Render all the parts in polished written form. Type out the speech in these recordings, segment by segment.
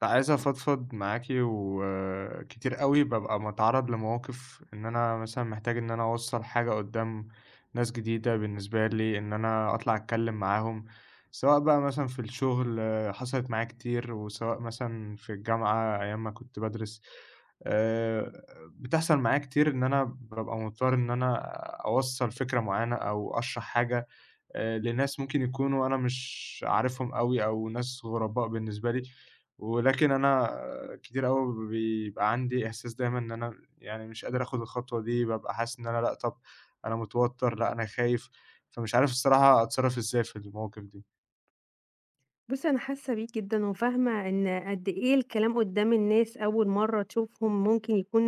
كنت عايز أفضفض معاكِ، وكتير أوي بابقى متعرّض لمواقف إن أنا مثلًا محتاج إن أنا أوصّل حاجة قدّام ناس جديدة بالنسبة لي، إن أنا أطلع أتكلّم معاهم، سواء بقى مثلًا في الشغل آه، حصلت معايا كتير، وسواء مثلًا في الجامعة أيام ما كنت بادرس. آآ بتحصل معايا كتير إن أنا بابقى مضطر إن أنا أوصّل فكرة معيّنة أو أشرح حاجة لناس ممكن يكونوا أنا مش عارفهم أوي أو ناس غرباء بالنسبة لي، ولكن أنا آه، كتير أوي بيبقى عندي إحساس دايمًا إن أنا يعني مش قادر آخُد الخطوة دي، بابقى حاسس إن أنا لأ، طب أنا متوتّر، لأ، أنا خايف، فمش عارف الصراحة أتصرّف إزاي في المواقف بُصّي، أنا حاسة بيك جدًا وفاهمة إن قد إيه الكلام قدّام الناس أول مرّة تشوفهم ممكن يكون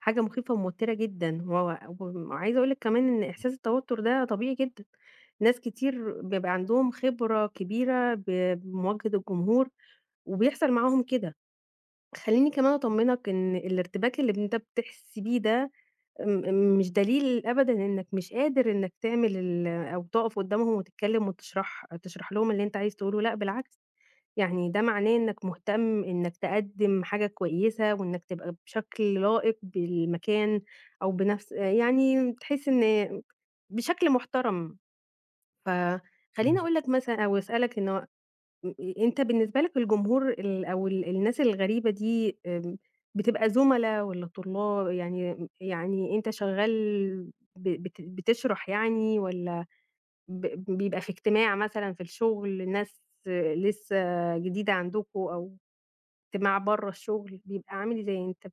حاجة مخيفة وموتِّرة جدًا، و وعايزة أقول لِك كمان إن إحساس التوتُّر ده طبيعي جدًا، ناس كتير بيبقى عندهم خبرة كبيرة ب بمواجهة الجمهور وبيحصل معاهم كده. خلّيني كمان أطمّنك إن الارتباك اللي أنت بتحس بيه ده مش دليل أبدًا إنّك مش قادر إنّك تعمل ال أو تُقف قدّامهم وتتكلّم وتشرح لهم اللي أنت عايز تقوله، لأ بالعكس. يعني ده معناه إنك مهتم إنك تقدّم حاجة كويسة وإنك تبقى بشكل لائق بالمكان أو بنفس يعني تحس إن بشكل محترم، دي. فخلّيني أقول لك مثلًا أو أسألك إنه أ أنت بالنسبة لك الجمهور ال أو الناس الغريبة دي بتبقى زُملا والّا طلاب؟ يعني أنت شغّال ب بت بتشرح يعني والّا ب بيبقى في اجتماع مثلًا في الشغل ناس لسه جديدة عندكم أو اجتماع برّه الشغل بيبقى عامل إزاي؟ أنت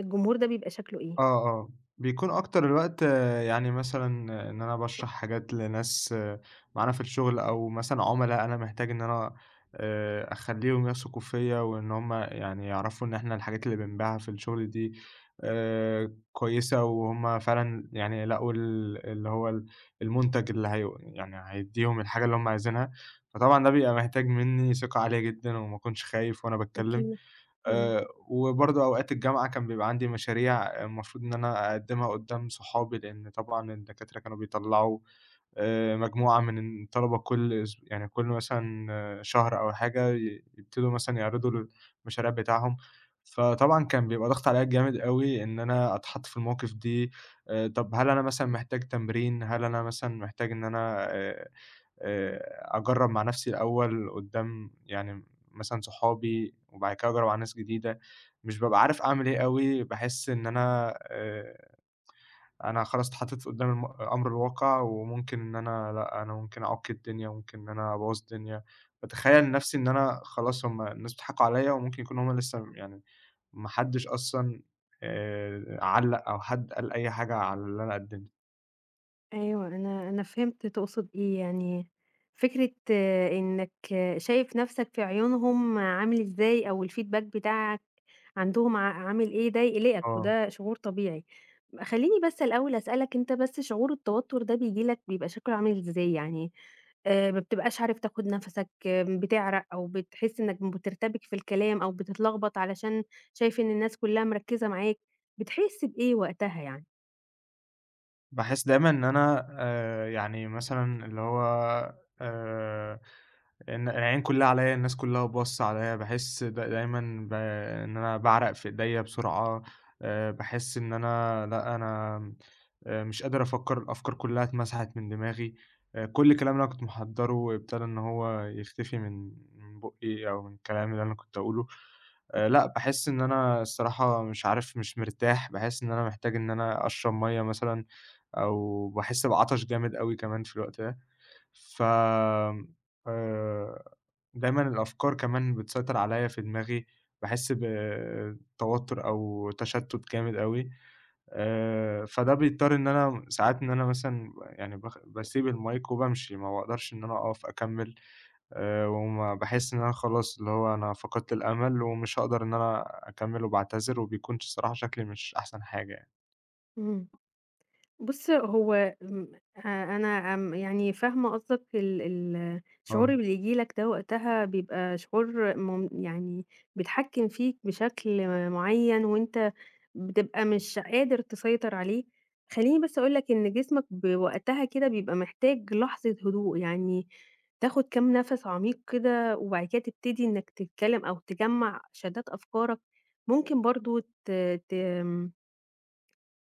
الجمهور ده بيبقى شكله إيه؟ آه، آه، بيكون أكتر الوقت آه، يعني مثلًا إن أنا باشرح حاجات لناس آه، معانا في الشغل، أو مثلًا عُملا أنا محتاج إن أنا أخلّيهم يثقوا فيّا، وإن هُم يعني يعرفوا إن إحنا الحاجات اللي بنبيعها في الشغل دي كويسة، وهُم فعلًا يعني لقوا ال المنتج اللي هي يعني هيدّيهم الحاجة اللي هُم عايزينها، فطبعًا ده بيبقى محتاج منّي ثقة عالية جدًا، وما أكونش خايف وأنا باتكلم. أكيد، إمم. وبرضه أوقات الجامعة كان بيبقى عندي مشاريع آه، المفروض إن أنا أقدّمها قدّام صحابي، لإن طبعًا الدكاترة كانوا بيطلّعوا مجموعة من الطلبة كل أس يعني كل مثلًا آه، شهر أو حاجة يبتدوا مثلًا يعرضوا المشاريع بتاعهم، فطبعًا كان بيبقى ضاغط عليّا جامد أوي إن أنا أتحط في المواقف دي. طَب هل أنا مثلًا محتاج تمرين، هل أنا مثلًا محتاج إن أنا أجرّب مع نفسي الأول قدّام يعني مثلًا صحابي، وبعد كده أجرّب على ناس جديدة، مش بابقى عارف أعمل إيه أوي، باحس إن أنا أنا خلاص اتحطيت قدّام أمر الواقع، وممكن إن أنا لأ، أنا ممكن أعك الدنيا، ممكن إن أنا أبوّظ الدنيا، باتخيّل نفسي إن أنا خلاص هُم الناس بيضحكوا عليَّ، وممكن يكونوا هُم لسه يعني ما حدش أصلًا علّق أو حد قال أي حاجة على اللي أنا قدّمته. أيوه، أنا فهمت تقصد إيه، يعني فكرة إنك شايف نَفْسك في عيونهم عامل إزاي أو الfeedback بتاعك عندهم عامل إيه، ده يقلقك آه. وده شعور طبيعي. خلّيني بس الأول أسألك أنت بس شعور التوتر ده بييجي لك بيبقى شكله عامل إزاي، يعني ما بتبقاش عارف تاخُد نَفَسك، آه، بتعرق أو بتحس إنك بترتبك في الكلام أو بتتلخبط علشان شايف إن الناس كُلّها مركّزة معاك، بتحس بإيه وقتها يعني؟ باحس دايمًا إن أنا يعني مثلًا اللي هو آآ، إن العين كلّها عليَّ، الناس كلّها باصّة عليَّ، باحس دايمًا إن أنا باعرق في إيديّا بسرعة، باحس إن أنا لأ، أنا مش قادر أفكّر، الأفكار كلّها اتمسحت من دماغي. كل الكلام اللي أنا كنت محضّره ابتدى إن هو يختفي من بُقّي أو من الكلام اللي أنا كنت أقوله. لأ، باحس إن أنا الصراحة مش عارف مش مرتاح، باحس إن أنا محتاج إن أنا أشرب مَيّة مثلًا أو باحس بعطش جامد أوي كمان في الوقت ده، ف آمم، آآ، دايمًا الأفكار كمان بتسيطر عليّا في دماغي، باحس بتوتر أو تشتُّت جامد أوي. فده بيضطر إن أنا ساعات إن أنا مثلًا يعني باسيب المايك وبامشي، ما باقدرش إن أنا أقف أكمّل. وما باحس إن أنا خلاص اللي هو أنا فقدت الأمل ومش هاقدر إن أنا أكمّل وباعتذر، وبيكون الصراحة شكلي مش أحسن حاجة يعني. إمم. بُص، هو م أنا يعني فاهمة قصدك ال ال الشعور آه، اللي ييجي لك ده وقتها بيبقى شعور يعني بيتحكّم فيك بشكل معيّن وأنت بتبقى مش قادر تسيطر عليه. خلّيني بس أقول لك إن جسمك بوقتها كده بيبقى محتاج لحظة هدوء، يعني تاخُد كام نَفَس عميق كده وبعد كده تبتدي إنّك تتكلّم أو تجمّع شتات أفكارك. ممكن برضه ت ت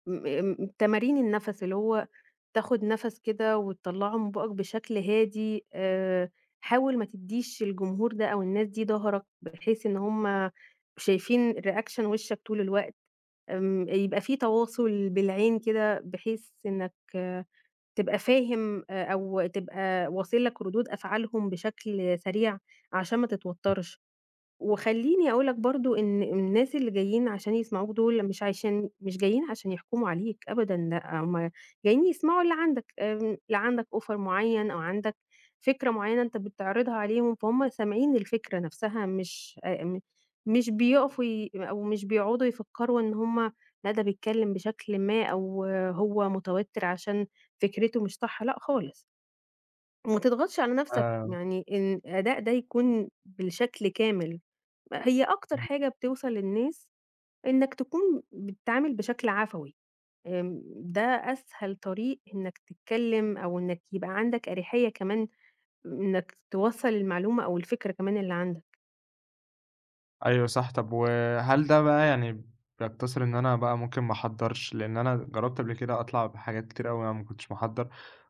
م آمم، تمارين النَفَس، اللي هو تاخد نَفَس كده وتطلّعه من بُقك بشكل هادي، حاول ما تدّيش الجمهور ده أو الناس دي ضهرك، بحيث إن هُم شايفين reaction وشّك طول الوقت، آمم، يبقى في تواصل بالعين كده، بحيث إنك تبقى فاهم أو تبقى واصل لك ردود أفعالهم بشكل سريع، عشان ما تتوتّرش. وخلّيني أقول لك برضه إن الناس اللي جايين عشان يسمعوك دول مش عشان مش جايين عشان يحكموا عليك أبدًا، لأ، هُم جايين يسمعوا اللي عندك، آمم، لا عندك offer معيّن أو عندك فكرة معيّنة أنت بتعرضها عليهم، فهُم سامعين الفكرة نفسها مش بيقفوا ي أو مش بيقعدوا يفكروا إن هُم لا ده بيتكلم بشكل ما أو هو متوتر عشان فكرته مش صح، لأ خالص. وما تضغطش على نفسك، آآ يعني إن الأداء ده يكون بالشكل كامل. هي أكتر حاجة بتوصل للناس إنك تكون بتتعامل بشكل عفوي، آمم، ده أسهل طريق إنك تتكلم أو إنك يبقى عندك أريحية كمان إنك توصّل المعلومة أو الفكرة كمان اللي عندك، أيوه صح، طب وهل ده بقى يعني بيقتصر إن أنا بقى ممكن ما أحضّرش؟ لإن أنا جرّبت قبل كده أطلع بحاجات كتير أوي أنا ما كنتش باحضّر،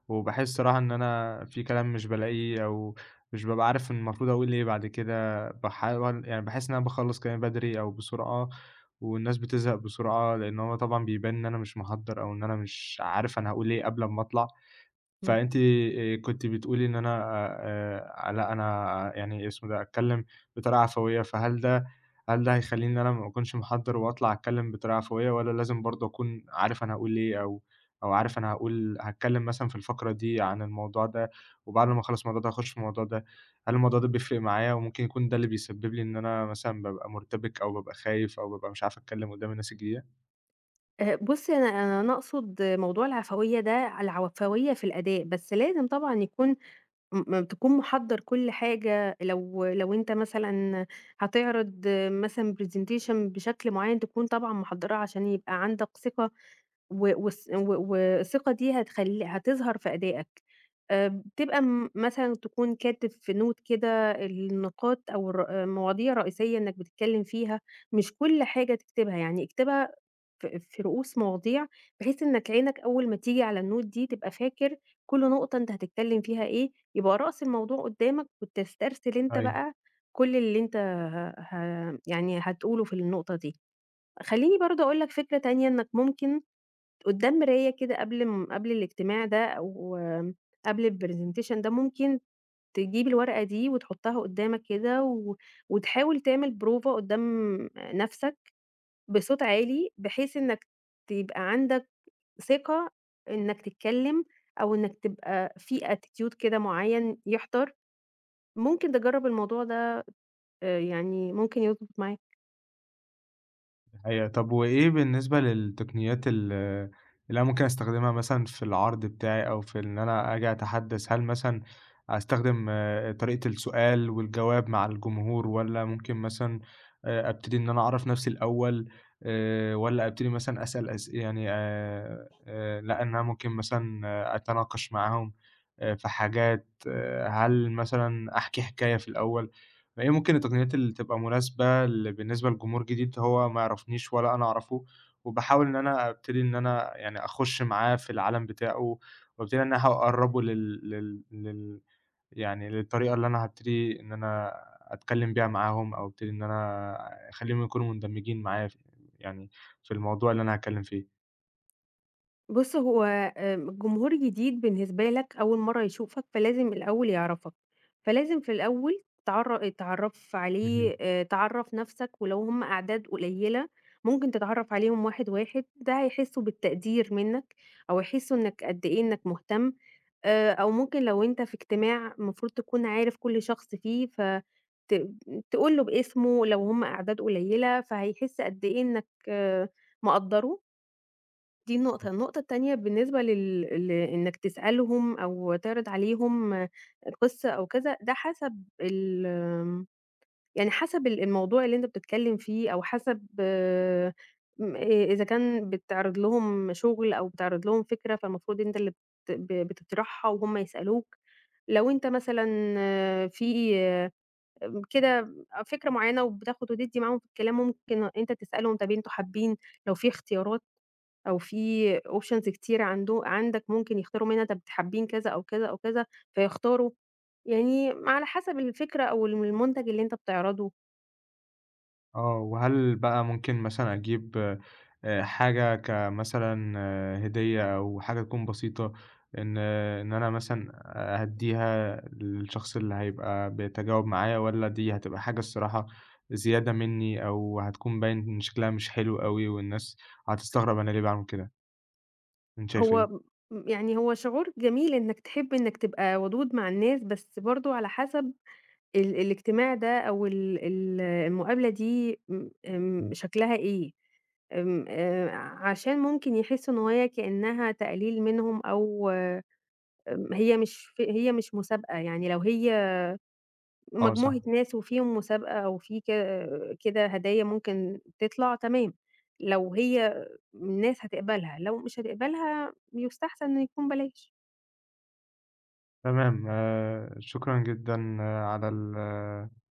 وباحس صراحة إن أنا في كلام مش بالاقيه أو مش بابقى عارف المفروض أقول إيه بعد كده، باحاول يعني باحس إن أنا باخلّص كلامي بدري أو بسرعة، والناس بتزهق بسرعة، لإن هو طبعًا بيبان إن أنا مش محضّر أو إن أنا مش عارف أنا هاقول إيه قبل أمّا أطلع. إمم، فأنتِ كنتِ بتقولي إن أنا لأ، أنا يعني اسمه ده، أتكلّم بطريقة عفوية، فهل ده هيخلّيني إن أنا ما أكونش محضّر وأطلع أتكلّم بطريقة عفوية والّا لازم برضه أكون عارف أنا هاقول إيه أو عارف أنا هاقول هاتكلّم مثلًا في الفقرة دي عن الموضوع ده وبعد ما أخلّص الموضوع ده أخُش في الموضوع ده؟ هل الموضوع ده بيفرق معايا وممكن يكون ده اللي بيسبب لي إن أنا مثلًا بابقى مُرتبِك أو بابقى خايف أو بابقى مش عارف أتكلّم قُدّام الناس الجديدة؟ بُصّي أنا أقصد موضوع العفوية ده العفوية في الأداء، بس لازم طبعًا يكون م م تكون محضّر كل حاجة لو أنت مثلًا هتعرض مثلًا presentation بشكل معيّن تكون طبعًا محضّراه عشان يبقى عندك ثقة و والثقة دي هتخلّي هتظهر في أدائك. بتبقى مثلًا تكون كاتب في note كده النقاط أو المواضيع الرئيسية إنّك بتتكلّم فيها، مش كل حاجة تكتبها، يعني اكتبها في رؤوس مواضيع، بحيث إنّك عينك أول ما تيجي على الnote دي تبقى فاكر كل نقطة أنت هتتكلّم فيها إيه، يبقى رأس الموضوع قدّامك وتسترسل أنت أيوه. بقى كل اللي أنت ه ه يعني هتقوله في النقطة دي. خلّيني برضه أقول لك فكرة تانية إنّك ممكن قدّام مراية كده قبل الاجتماع ده أو قبل الpresentation ده، ممكن تجيب الورقة دي وتحطها قدّامك كده وتحاول تعمل بروفة قدّام نَفْسك بصوت عالي، بحيث إنّك تبقى عندك ثقة إنّك تتكلّم أو إنّك تبقى في attitude كده معيّن يحضر، ممكن تجرّب الموضوع ده يعني ممكن يضبط معاك. الحقيقة. طب وإيه بالنسبة للتقنيات اللي أنا ممكن أستخدمها مثلًا في العرض بتاعي أو في إن أنا آجي أتحدّث، هل مثلًا أستخدم آه، طريقة السؤال والجواب مع الجمهور والّا ممكن مثلًا أبتدي إن أنا أعرّف نَفْسي الأول والّا أبتدي مثلًا أسأل أس يعني لأ، إن أنا ممكن مثلًا آه، أتناقش معاهم في حاجات، آه، هل مثلًا أحكي حكاية في الأول؟ فهي ممكن التقنيات اللي تبقى مناسبة بالنسبة لجمهور جديد هو ما يعرفنيش ولا أنا أعرفه، وباحاول إن أنا أبتدي إن أنا يعني أخُش معاه في العالم بتاعه، وابتدي إن أنا أقرّبه لل يعني للطريقة اللي أنا هابتدي إن أنا أتكلّم بيها معاهم، أو ابتدي إن أنا أخلّيهم يكونوا مندمجين معايا ف يعني في الموضوع اللي أنا هاتكلّم فيه. بُص هو آمم، الجمهور جديد بالنسبة لك، أول مرّة يشوفك، فلازم الأول يعرفك، فلازم في الأول تتعرّف اهم. عليه تعرّف نَفْسك ولو هم أعداد قليّلة، ممكن تتعرّف عليهم واحد، واحد، ده هيحسّوا بالتقدير منّك أو هيحسّوا إنّك قد إيه إنّك مهتم أو ممكن لو أنت في اجتماع المفروض تكون عارف كل شخص فيه ف ت تقول له باسمه لو هم أعداد قليّلة، فهيحس قد إيه إنّك آه، مقدّره. دي النقطة، النقطة التانية بالنسبة لل ل إنك تسألهم أو تعرض عليهم قصة أو كذا، ده حسب ال آمم، يعني حسب الموضوع اللي أنت بتتكلم فيه أو حسب آه، م إذا كان بتعرض لهم شغل أو بتعرض لهم فكرة، فالمفروض أنت اللي بت ب بتطرحها وهُم يسألوك. لو أنت مثلًا آه، في آمم، كده فكرة معيّنة وبتاخد وتدّي معاهم في الكلام، ممكن أنت تسألهم طَب أنتم حابين لو في اختيارات أو في options كتير عندك ممكن يختاروا منها طب حابين كذا أو كذا أو كذا فيختاروا، يعني على حسب الفكرة أو المنتج اللي أنت بتعرضه، آه، وهل بقى ممكن مثلًا أجيب حاجة كمثلًا آه، هدية أو حاجة تكون بسيطة، إن آه، إن أنا مثلًا أهدّيها للشخص اللي هيبقى بيتجاوب معايا، والّا دي هتبقى حاجة الصراحة زيادة منّي أو هتكون باين إن شكلها مش حلو أوي والناس هتستغرب أنا ليه باعمل كده، أنت شايف إيه؟ هو م يعني هو شعور جميل إنك تحب إنك تبقى ودود مع الناس، بس برضه على حسب الاجتماع ده أو ال ال المقابلة دي م إمم، آمم شكلها إيه، آمم عشان ممكن يحسوا إن هي كأنها تقليل منهم أو آمم هي مش ف هي مش مسابقة، يعني لو هي آه صح، مجموعة ناس وفيهم مسابقة أو في كده هدايا ممكن تطلع تمام، لو هي الناس هتقبلها، لو مش هتقبلها يُستحسن إن يكون بلاش، تمام شكرًا جدًا آه، على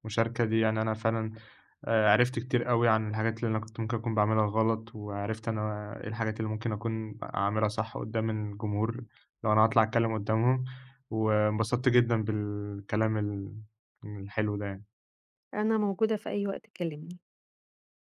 المشاركة دي، يعني أنا فعلًا عرفت كتير أوي عن الحاجات اللي أنا كنت ممكن أكون باعملها غلط، وعرفت أنا إيه الحاجات اللي ممكن أكون أعملها صح قدّام الجمهور، لو أنا هاطلع أتكلّم قدّامهم، وانبسطت جدًا بالكلام الحلو ده يعني. أنا موجودة في أي وقت تكلمني.